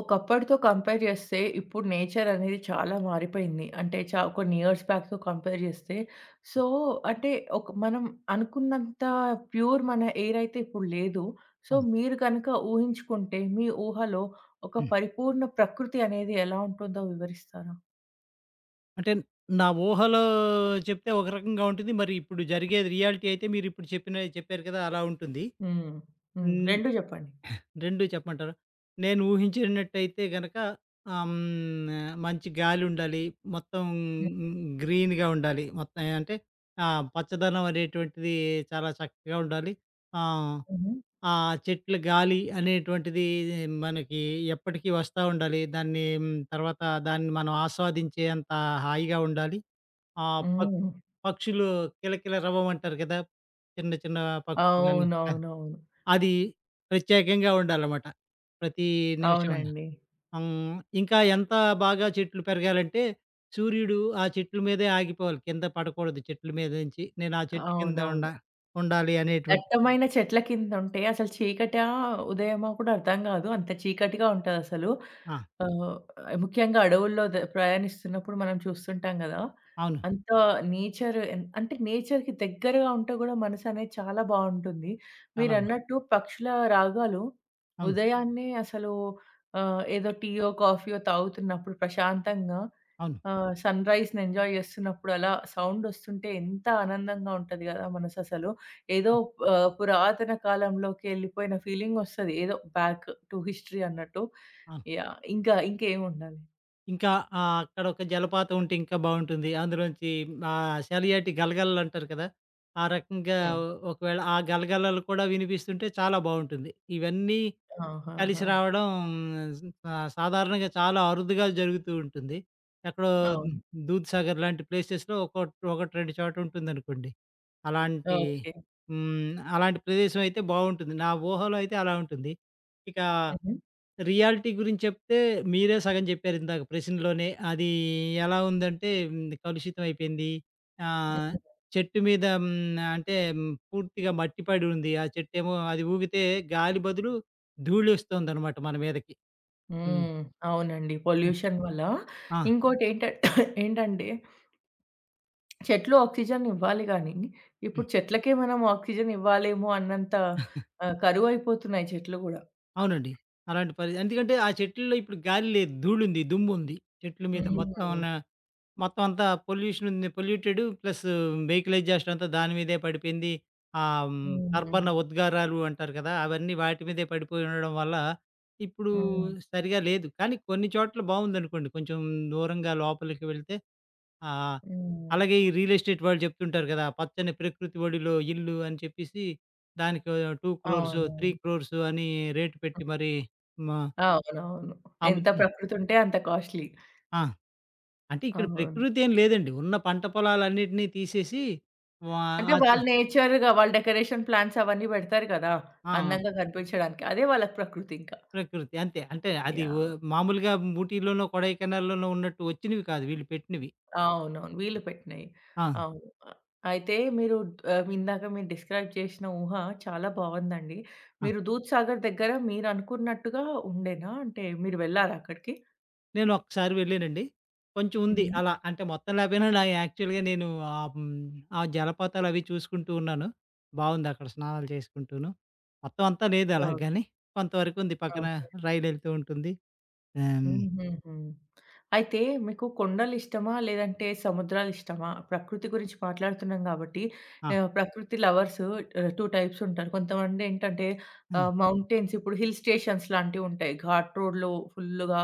ఒకప్పటితో compare చేస్తే ఇప్పుడు nature అనేది చాలా మారిపోయింది. అంటే కొన్ని ఇయర్స్ బ్యాక్‌తో కంపేర్ చేస్తే. సో, అంటే ఒక మనం అనుకున్నంత ప్యూర్ మన ఎయిర్ అయితే ఇప్పుడు లేదు. సో, అవును. మీరు గనక ఊహించుకుంటే మీ ఊహలో ఒక హ్మ్. పరిపూర్ణ ప్రకృతి అనేది ఎలా ఉంటుందో వివరిస్తారా? అంటే నా ఊహలో చెప్తే ఒక రకంగా ఉంటుంది. మరి ఇప్పుడు జరిగేది రియాలిటీ అయితే మీరిప్పుడు చెప్పారు కదా! అలా ఉంటుంది. హ్మ్. హ్మ్. హ్మ్. 2 చెప్పండి. 2 చెప్పమంటారా? నేను ఊహించినట్టయితే గనక ఆహ్, హ్మ్. మంచి గాలుండాలి. మొత్తం హ్మ్. గ్రీన్‌గా ఉండాలి. మొత్తం అంటే ఆ! పచ్చదనం అనేటువంటిది చాలా చక్కగా ఉండాలి. ఆహ్, హ్మ్. ఆ చెట్ల గాలి అనేటువంటిది మనకి ఎప్పటికీ వస్తా ఉండాలి. తర్వాత దాన్ని మనం ఆస్వాదించేంత హాయిగా ఉండాలి. ఆ! ప హ్మ్. పక్షులు కిలకిల రవమంటారు కదా! చిన్న చిన్న పక్షులు గాని. అవునవునవును. అది ప్రత్యేకంగా ఉండాలన్నమాట. ప్రతి నిమిషం ఉండ అవునండి. హ్మ్. ఇంకా ఎంత బాగా చెట్లు పెరగాలంటే సూర్యుడు ఆ చెట్ల మీదే ఆగిపోవాలి. కింద పడకూడదు చెట్ల మీద నుంచి. నేను ఆ చెట్టు కింద ఉండ అవునవును. ఉండాలి అనేటువంటి. దట్టమైన చెట్ల కిందుంటే అసలు చీకటా? ఉదయమా కూడా అర్థం గాదు. అంత చీకటిగా ఉంటదసలు. ఆ! ఆహ్, ముఖ్యంగా అడవుల్లో ప్రయాణిస్తున్నప్పుడు మనం చూస్తుంటాం గదా! అవును. అంత నేచర్ ఎన్ అంటే నేచర్‌కి దగ్గరగా ఉంటే గూడా మనసనేది చాలా బావుంటుంది. చాలా బా మీరన్నట్టు పక్షుల రాగాలు అవును. ఉదయాన్నే అసలు ఏదో టీయో, కాఫీయో తాగుతున్నప్పుడు ప్రశాంతంగా అవును. ఆ! సన్‌రైజ్‌ని ఎంజాయ్ చేస్తున్నప్పుడు అలా సౌండొస్తుంటే ఎంత ఆనందంగా ఉంటది గదా! మనససలు. ఏదో అవును. పురాతన కాలంలోకి ఎళ్ళిపోయిన ఫీలింగొస్తది. ఏదో బ్యాక్ టు హిస్టరీ అన్నట్టు. అవును. యాహ్! ఇంకా ఇంకేముండాలి? ఇంకా అక్కడ ఒక జలపాతం ఉంటే ఇంకా బావుంటుంది. అందులోంచి సెలయాటి గలగలలు అంటారు కదా! ఆ రకంగా హ్మ్. ఒకవేళ ఆ గలగలలు కూడా వినిపిస్తుంటే చాలా బావుంటుంది. ఇవన్నీ కలిసి ఆహాహా! రావడం సాధారణంగా చాలా అరుదుగా జరుగుతూ ఉంటుంది. ఎక్కడో అవును. దూద్‌సాగర్ లాంటి ప్లేసెస్‌లో ఒకటి, ఒకటి 2 చోట ఉంటుందనుకోండి. అలాంటి ఓకే. హ్మ్. అలాంటి ప్రదేశం అయితే బావుంటుంది. నా ఊహలో అయితే అలా ఉంటుంది. ఇక హుహు. రియాలిటీ గురించి చెప్తే, మీరే సగం జెప్పారిందాక ప్రశ్నలోనే. అది ఎలా ఉందంటే, కలుషితమైపోయింది. ఆహ్, హ్మ్. చెట్టు మీద హ్మ్, అంటే పూర్తిగా మట్టి పడి ఉంది. ఆ చెట్టేమో అది ఊగితే గాలి బదులు ధూళొస్తోందనమాట మన మీదకి. హ్మ్. హ్మ్. అవునండి. పొల్యూషన్ వల్ల. ఆ! ఇంకోటేంట ఏంటంటే చెట్లు ఆక్సిజన్ ఇవ్వాలి గానీ, ఇప్పుడు చెట్లకే మనం ఆక్సిజన్ ఇవ్వాలేమో అన్నంత కరువైపోతున్నాయి చెట్లు గూడా. అవునండి. అలాంటి పరి ఎందుకంటే ఆ చెట్లులో ఇప్పుడు గాలి లేదు. ధూళుంది, దుమ్ముంది. చెట్ల మీద హ్మ్. మొత్తం ఉన్న మొత్తం అంతా పొల్యూషన్ ఉంది. పొల్యూటెడ్ ప్లస్ వెహికల్ ఎగ్జాస్ట్ అంతా దాని మీదే పడిపోయింది. హ్మ్. కార్బన్ ఉద్గారాలు అంటారు కదా! అవన్నీ వాటి మీదే పడిపోయి ఉండడం వల్ల ఇప్పుడు హ్మ్. సరిగా లేదు. కానీ కొన్ని చోట్ల బావుందనుకోండి. కొంచెం దూరంగా లోపలికి వెళ్తే. ఆ! హ్మ్. అలాగే ఈ రియల్ ఎస్టేట్ వాళ్ళు చెప్తుంటారు కదా! పచ్చని ప్రకృతి ఒడిలో ఇల్లు అని చెప్పేసి దానికో 2 క్రోర్సో, 3 అవునవును. క్రోర్సో అని రేట్ పెట్టి మరి మ అవునవును. ఎంత అమ్ముతున్నా. ప్రకృతి ఉంటే అంత కాస్ట్‌లీ. ఆ! అంటే ఇక్కడ అవును. ప్రకృతి ఏం లేదండి. ఉన్న పంట పొలాలన్నిటిని తీసేసి. వా అంటే అది వాళ్ళు డెకరేషన్ ప్లాన్స్ అవన్నీ పెడతారు కదా! ఆ! అందంగా కనిపించడానికి. అదే వాళ్ళకి ప్రకృతి ఇంకా. ప్రకృతి అంతే. అంటే అది ఓ యాహ్! మామూలుగా ఊటీలోనో, కొడైకెనాల్‌లోనో ఉన్నట్టు వచ్చినవి కాదు వీళ్ళు పెట్టినవి. అవునవును. వీళ్ళు పెట్టినయి. ఆ! అవును. అ అయితే మీరు ఇందాక మీరు డిస్క్రైబ్ చేసిన ఊహ చాలా బావుందండి. దూద్‌సాగర్ దగ్గర మీరనుకున్నట్టుగా ఉండేనా? అంటే మీరు వెళ్లారా అక్కడికి? నేను ఒక్కసారి వెళ్ళానండి. కొంచెం ఉంది హ్మ్. అలా. అంటే మొత్తం లేకపోయినా నా యాక్చువల్‌గా నేను ఆ జలపాతాలవి చూసుకుంటూ ఉన్నాను. బావుందక్కడ స్నానాలు చేసుకుంటూను. మొత్తం అంతా లేదు అలాగ ఓకే. గాని, కొంతవరకు ఉంది. పక్కన ఓకే. రైలెళ్తూ ఉంటుంది. ఆహ్, హుహుహు. అయితే మీకు కొండలిష్టమా? లేదంటే సముద్రాలిష్టమా? ప్రకృతి గురించి మాట్లాడుతున్నాం గాబట్టి ఆ! ప్రకృతి లవర్సు 2 టైప్స్ ఉంటారు. కొంతమందేంటంటే హ్మ్. మౌంటైన్స్ ఇప్పుడు హిల్ స్టేషన్స్ లాంటివుంటాయి. ఘాట్ రోడ్‌లో ఫుల్లుగా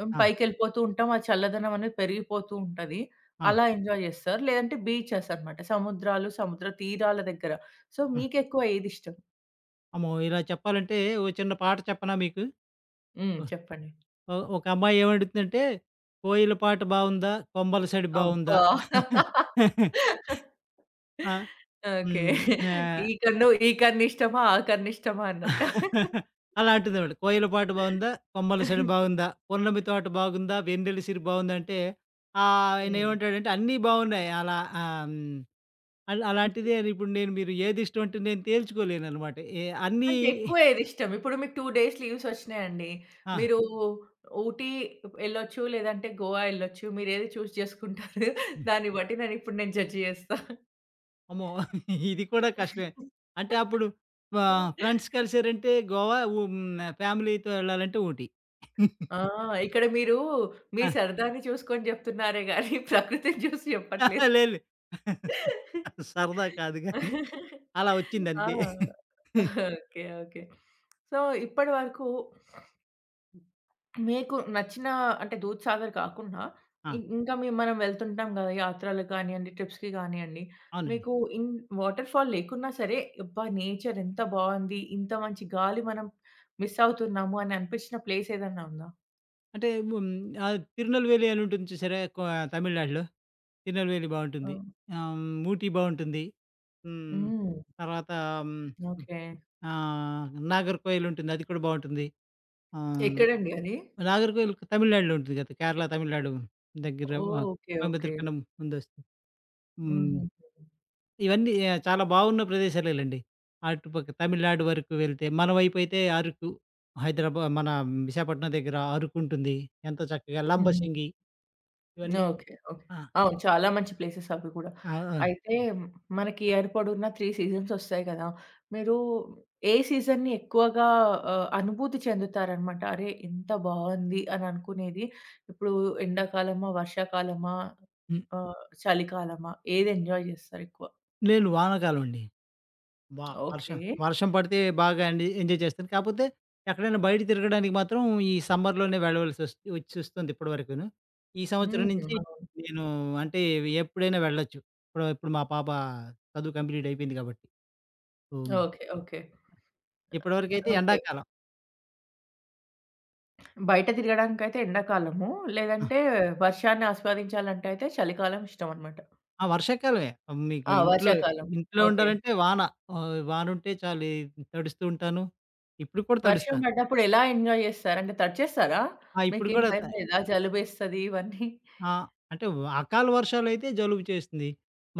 హ్మ్, ఆ! పైకెళ్ళిపోతూ ఉంటాం. ఆ చల్లదనం అనేది పెరిగిపోతూ ఉంటది. ఆ! అలా ఎంజాయ్ జేస్తారు. లేదంటే బీచెస్ అనమాట. సముద్రాలు, సముద్ర తీరాల దగ్గర. సో, ఆ! మీకెక్కువ ఏదిష్టం? అమ్మో! ఇలా చెప్పాలంటే ఓ చిన్న పాట చెప్పనా మీకు? హ్మ్. ఓహ్! చెప్పండి. ఒక అమ్మాయి ఏమడుగుతుందంటే, "కోయిల పాట బావుందా? కొంబల సడి బావుందా?" అబ్బా! ఆ! ఓకే. హ్మ్. ఆహ్ ఈ కన్ను ఈ కన్నిష్టమా, ఆ కన్నిష్టమా అన్నట్టా? అలాంటిదనమాట. 'కోయిలపాట' బావుందా, 'కొమ్మల సరి' బావుందా, 'పున్నమి తోట' బాగుందా, 'వెన్నెల సిరి' బావుందంటే హ్మ్. ఆయనేమంటాడంటే అన్నీ బావున్నాయి. అలా ఆహ్, హ్మ్, అలాంటిదే అని ఇప్పుడు నేను మీరు ఏదిష్టం అంటే నేను తేల్చుకోలేననమాట. అన్నీ. అంటే ఎక్కువ ఏదిష్టం? ఇప్పుడు మీకు 2 డేస్ లీవ్స్ ఒచ్చినాయండి. ఆ! మీరు ఊటీ ఎళ్ళొచ్చు, లేదంటే గోవా ఎళ్ళొచ్చు. మీరేది చూజ్ చేసుకుంటారు? హ్మ్. దాన్ని బట్టి నేనిప్పుడు జడ్జ్ చేస్తా. అమ్మో! ఇది కూడా కష్టమే. అంటే అప్పుడు ఫ్రెండ్స్ కలిసారంటే గోవా, ఫ్యామిలీతో ఎళ్ళాలంటే ఊటీ. ఆ! ఇక్కడ మీరు మీ ఆ! సరదాని చూసుకొని జెప్తున్నారే గానీ, ప్రకృతిని చూసి లేదు. చెప్పట్లేదు. లేదు. సరదా కాదు గానీ అలా ఆ! వచ్చిందంతే. ఓకే. ఓకే. సో, ఇప్పటి వరకు మీకు నచ్చిన అంటే 'దూద్‌సాగర్' కాకుండా ఆ! ఇంకా మనం వెళ్తుంటాం గదా! యాత్రలకు గానియండి, ట్రిప్స్‌కి గానియండి. అవునండి. మీకు ఇన్ వాటర్ ఫాల్ లేకున్నా సరే, అబ్బా! నేచర్ ఎంత బావుంది, ఇంత మంచి గాలి మనం మిస్ అవుతున్నాము అని అనిపించిన ప్లేస్ ఏదన్నా ఉందా? అంటే హ్మ్. 'తిరునెల్వేలి' అని ఉంటుంది చూసారా? తమిళనాడులో 'తిరునెల్వేలి' ఆ! బావుంటుంది. ఆహ్, హ్మ్. 'ఊటీ' బావుంటుంది. హ్మ్. హ్మ్. తర్వాత హ్మ్. ఓకే. 'నాగర్‌కోయిల్' ఉంటుంది. అది కూడా బావుంటుంది. ఆహ్, ఎక్కడండి అది? 'నాగర్‌కోయిల్' తమిళనాడులో ఉంటుంది కదా! కేరళ, తమిళనాడు దగ్గర. ఓహ్! ఆహ్, ఓకే. ఓకే. కోయంబత్తూర్ కన్నా ముందొస్తుంది. హ్మ్. హుహుహు. ఇవన్నీ చాలా బావున్న ప్రదేశాలేలెండి. అటుపక్క తమిళనాడు వరకు వెళ్తే, మన వైపయితే అరకు, హైదరాబాద్ మన విశాఖపట్నం దగ్గర అరకు ఉంటుంది. ఎంతో చక్కగా హుహు. లంబసింగి. ఇవన్నీ. ఓకే. ఓకే. ఆ! అవును. చాలా మంచి ప్లేసెస్ అవి కూడా. ఆ! ఆ! అయితే మనకి ఏర్పడున్న 3 సీజన్స్ ఒస్తాయి కదా! మీరు ఏ సీజన్‌ని ఎక్కువగా అనుభూతి చెందుతారనమాట? అరే! ఎంత బావుంది అని అనుకునేది. ఇప్పుడు ఎండాకాలమా? వర్షాకాలమా? హ్మ్. చలికాలమా? ఏది ఎంజాయ్ జేస్తారెక్కువ? లేదు, వానాకాలం అండి. వా ఓకే. వర్షం వర్షం పడితే బాగా ఎంజాయ్ చేస్తాను. కాపోతే ఎక్కడైనా బయట తిరగడానికి మాత్రం ఈ సమ్మర్‌లోనే వచ్చొస్తుంది ఇప్పటివరకును. ఈ హ్మ్. సంవత్సరం నుంచి అవును. నేను అంటే ఎప్పుడైనా వెళ్ళొచ్చు. ఇప్పుడు ఇప్పుడు మా పాప చదువు కంప్లీట్ అయిపోయింది కాబట్టి. హ్మ్. ఓకే. ఓకే. ఇప్పటివరకైతే ఓకే. ఎండాకాలం. బయట తిరగడానికైతే ఎండాకాలము. ఆ! లేదంటే వర్షాన్ని ఆస్వాదించాలంటే అయితే చలికాలం ఇష్టమనమాట. ఆ! వర్షాకాలమే. ఆ, మీకు ఆ! ఇంట్లో వర్షాకాలం. ఇంట్లో ఓకే. ఉండాలంటే వాన. వానుంటే చాలు ఈ తడుస్తూ ఉంటాను. ఇప్పుడు కూడా వర్షం తడుస్తాను. పడ్డప్పుడు ఎలా ఎంజాయ్ జేస్తారు? అంటే తడిచేస్తారా? ఆ! ఇప్పుడు మీకేం కూడా త భయం లేదా? జలుబేస్తది ఇవన్నీ? ఆ! అంటే అకాల వర్షాలైతే జలుబు చేస్తుంది.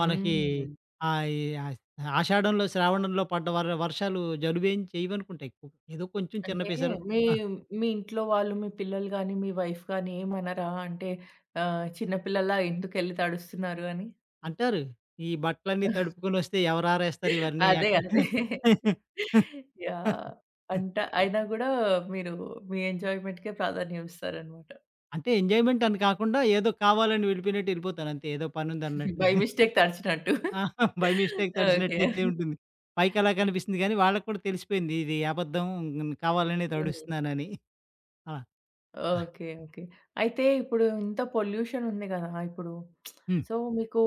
మనకి హ్మ్. ఆహ్, ఈ ఆష్ ఆషాఢంలో, శ్రావణంలో పడ్డ వర్షాలు జలుబేం చేయవనుకుంటాయి. ఏదో కొంచెం చిన్న అంటే పిసరు. మీ ఆ! మీ ఇంట్లో వాళ్ళు మీ పిల్లలు గాని, మీ వైఫ్ గాని ఏమనరా? అంటే చిన్న పిల్లల్లా ఎందుకెళ్లి తడుస్తున్నారు అని? అంటారు. ఈ బట్టలన్నీ తడుపుకొనొస్తే ఎవరారేస్తారు ఇవన్నీ అదే. అదే. యాహ్! అయినా గూడా మీరు మీ ఎంజాయ్‌మెంట్‌కే ప్రాధాన్యం ఇస్తారనమాట. అంటే ఎంజాయ్‌మెంట్ అని కాకుండా ఏదో కావాలని వెళ్ళిపోయినట్టు వెళ్ళిపోతాను అంతే. ఏదో పనుందన్నట్టు. By mistake తడిచినట్టు. ఆ! By mistake okay. తడిసినట్టయితే ఉంటుంది. పైకి అలా కనిపిస్తుంది కానీ వాళ్ళకి కూడా తెలిసిపోయింది, ఇది అబద్ధం, కావాలనే హ్మ్. తడుస్తున్నానని. అలా. ఓకే. ఓకే. అయితే ఇప్పుడు ఇంత పొల్యూషన్ ఉంది గదా! ఇప్పుడు సో, మీకు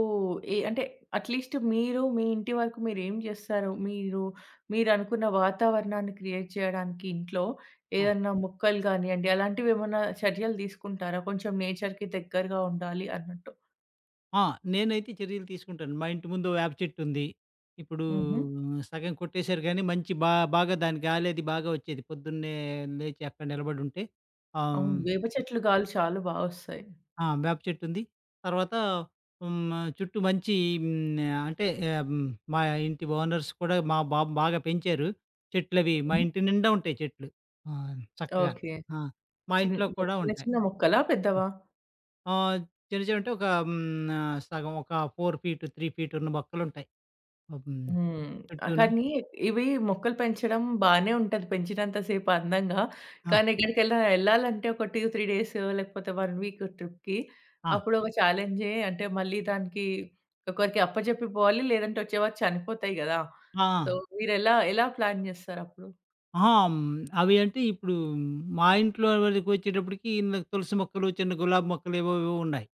అంటే అట్‌లీస్ట్ మీరు మీ ఇంటి వరకు మీరేం జేస్తారు? మీరు మీరనుకున్న వాతావరణాన్ని క్రియేట్ చేయడానికి ఇంట్లో ఆ! ఏదన్నా మొక్కలు గానియ్యండి, అలాంటివేమన్నా చర్యలు తీసుకుంటారా? కొంచెం నేచర్‌కి దగ్గరగా ఉండాలి అన్నట్టు. ఆ! నేనైతే చర్యలు తీసుకుంటాను. మా ఇంటి ముందు వేప చెట్టు ఉంది. ఇప్పుడు హుహు. సగం కొట్టేశారు గానీ, మంచి బా బాగా దాని గాలది బాగా వచ్చేది. పొద్దున్నే లేచి అక్కడ నిలబడుంటే. ఆహ్, అవును. హ్మ్. వేప చెట్లు గాలి చాలా బా ఒస్తాయి. ఆ! వేప చెట్టుంది. తర్వాత హ్మ్. చుట్టూ మంచి. హ్మ్. అంటే ఆహ్, హ్మ్. మా ఇంటి ఓనర్స్ కూడా మా బాబు బాగా పెంచారు. చెట్లవి మా హ్మ్. ఇంటి నిండా ఉంటాయి చెట్లు. ఆ! చక్కగా. ఓకే. ఆ! మా చిన్ ఇంట్లో కూడా చిన్న ఉంటాయి. చిన్న మొక్కలా? పెద్దవా? ఆహ్, చిన్న చిన్న అంటే ఒక హ్మ్. సగం ఒక 4 ఫీట్, 3 ఫీట్ ఉన్న మొక్కలుంటాయి. హ్మ్. హ్మ్. చుట్టూను. కానీ ఇవి మొక్కలు పెంచడం బానే ఉంటది పెంచినంత సేపు అందంగా. ఆ! కానీ ఎళ్ళాలంటే ఒక 2, 3 డేస్ లేకపోతే 1 వీక్ ట్రిప్‌కి ఆ! అప్పుడు ఒక ఛాలెంజే అంటే మళ్ళీ దానికి ఒకరికి అప్పజెప్పి పోవాలి. లేదంటే వచ్చేవరకు చనిపోతాయి గదా! ఆ! సో, ఎలా ప్లాన్ జేస్తారప్పుడు? అహా! హ్మ్. అవి అంటే ఇప్పుడు మా ఇంట్లో వరకొచ్చేటప్పటికి ఇందాక తులసి మొక్కలు, చిన్న గులాబీ మొక్కలు ఏవో ఏవో ఉన్నాయి.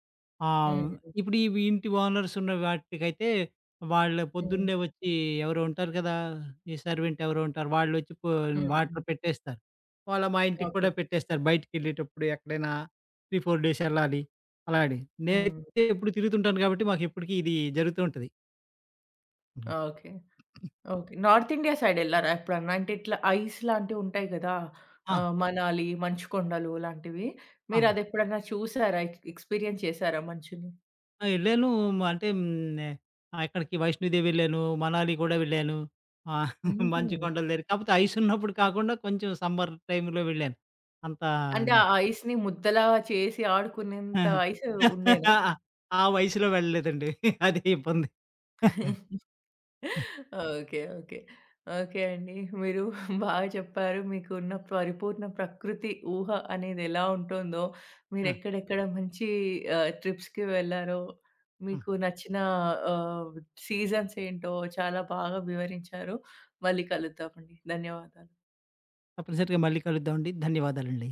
ఆహ్, హ్మ్. ఇప్పుడు ఇవి ఇంటి ఓనర్స్ ఉన్న వాటికైతే వాళ్ళు హ్మ్. పొద్దున్నే వచ్చి ఎవరో ఉంటారు కదా! ఈ సర్వెంట్ ఎవరో ఉంటారు. వాళ్ళొచ్చి పో హ్మ్. హ్మ్. వాటర్ పెట్టేస్తారు. వాళ్ళు మా ఇంటికి ఓకే. కూడా పెట్టేస్తారు. బయటికెళ్ళేటప్పుడు ఎక్కడైనా 3, 4 డేస్ వెళ్ళాలి. అలాగని. హ్మ్. నేనైతే ఎప్పుడు తిరుగుతుంటాను కాబట్టి మాకెప్పటికి ఇది జరుగుతూ ఉంటది. హ్మ్. ఓకే. ఓకే. నార్త్ ఇండియా సైడెళ్లారా ఎప్పుడన్నా? అంటే ఇట్లా ఐస్ లాంటివుంటాయి గదా! ఆ! ఆహ్, మనాలి, మంచు కొండలు లాంటివి. ఆ! మీరదెప్పుడన్నా చూసారా? ఎక్స్‌పీరియన్స్ చేసారా మంచుని? ఆ! యెళ్ళాను. అంటే హ్మ్. వైష్ణోదేవి వెళ్ళాను. మనాలి కూడా వెళ్ళాను. ఆహ్, హుహు. మంచు కొండల దగ్గర కాకపోతే ఐస్ ఉన్నప్పుడు కాకుండా కొంచెం సమ్మర్ టైమ్‌లో వెళ్ళాను. అంత. అంటే ఆ ఐస్‌ని ముద్దలా చేసి ఆడుకునేంత ఐస్ ఉండేనా? ఆ ఆ వయసులో వెళ్ళలేదండి. అదే ఇబ్బంది. ఓకే. ఓకే. ఓకే అండి. మీరు బాగా చెప్పారు. మీకున్న పరిపూర్ణ ప్రకృతి ఊహ అనేదెలా ఉంటుందో, ఆ! మీరెక్కడెక్కడ మంచి ట్రిప్స్‌కి వెళ్లారో, హ్మ్. మీకు నచ్చిన ఆహ్, సీజన్స్ ఏంటో చాలా బాగా వివరించారు. మళ్ళీ కలుద్దామండి. ధన్యవాదాలు. తప్పనిసరిగా మళ్ళీ కలుద్దామండి. ధన్యవాదాలండి.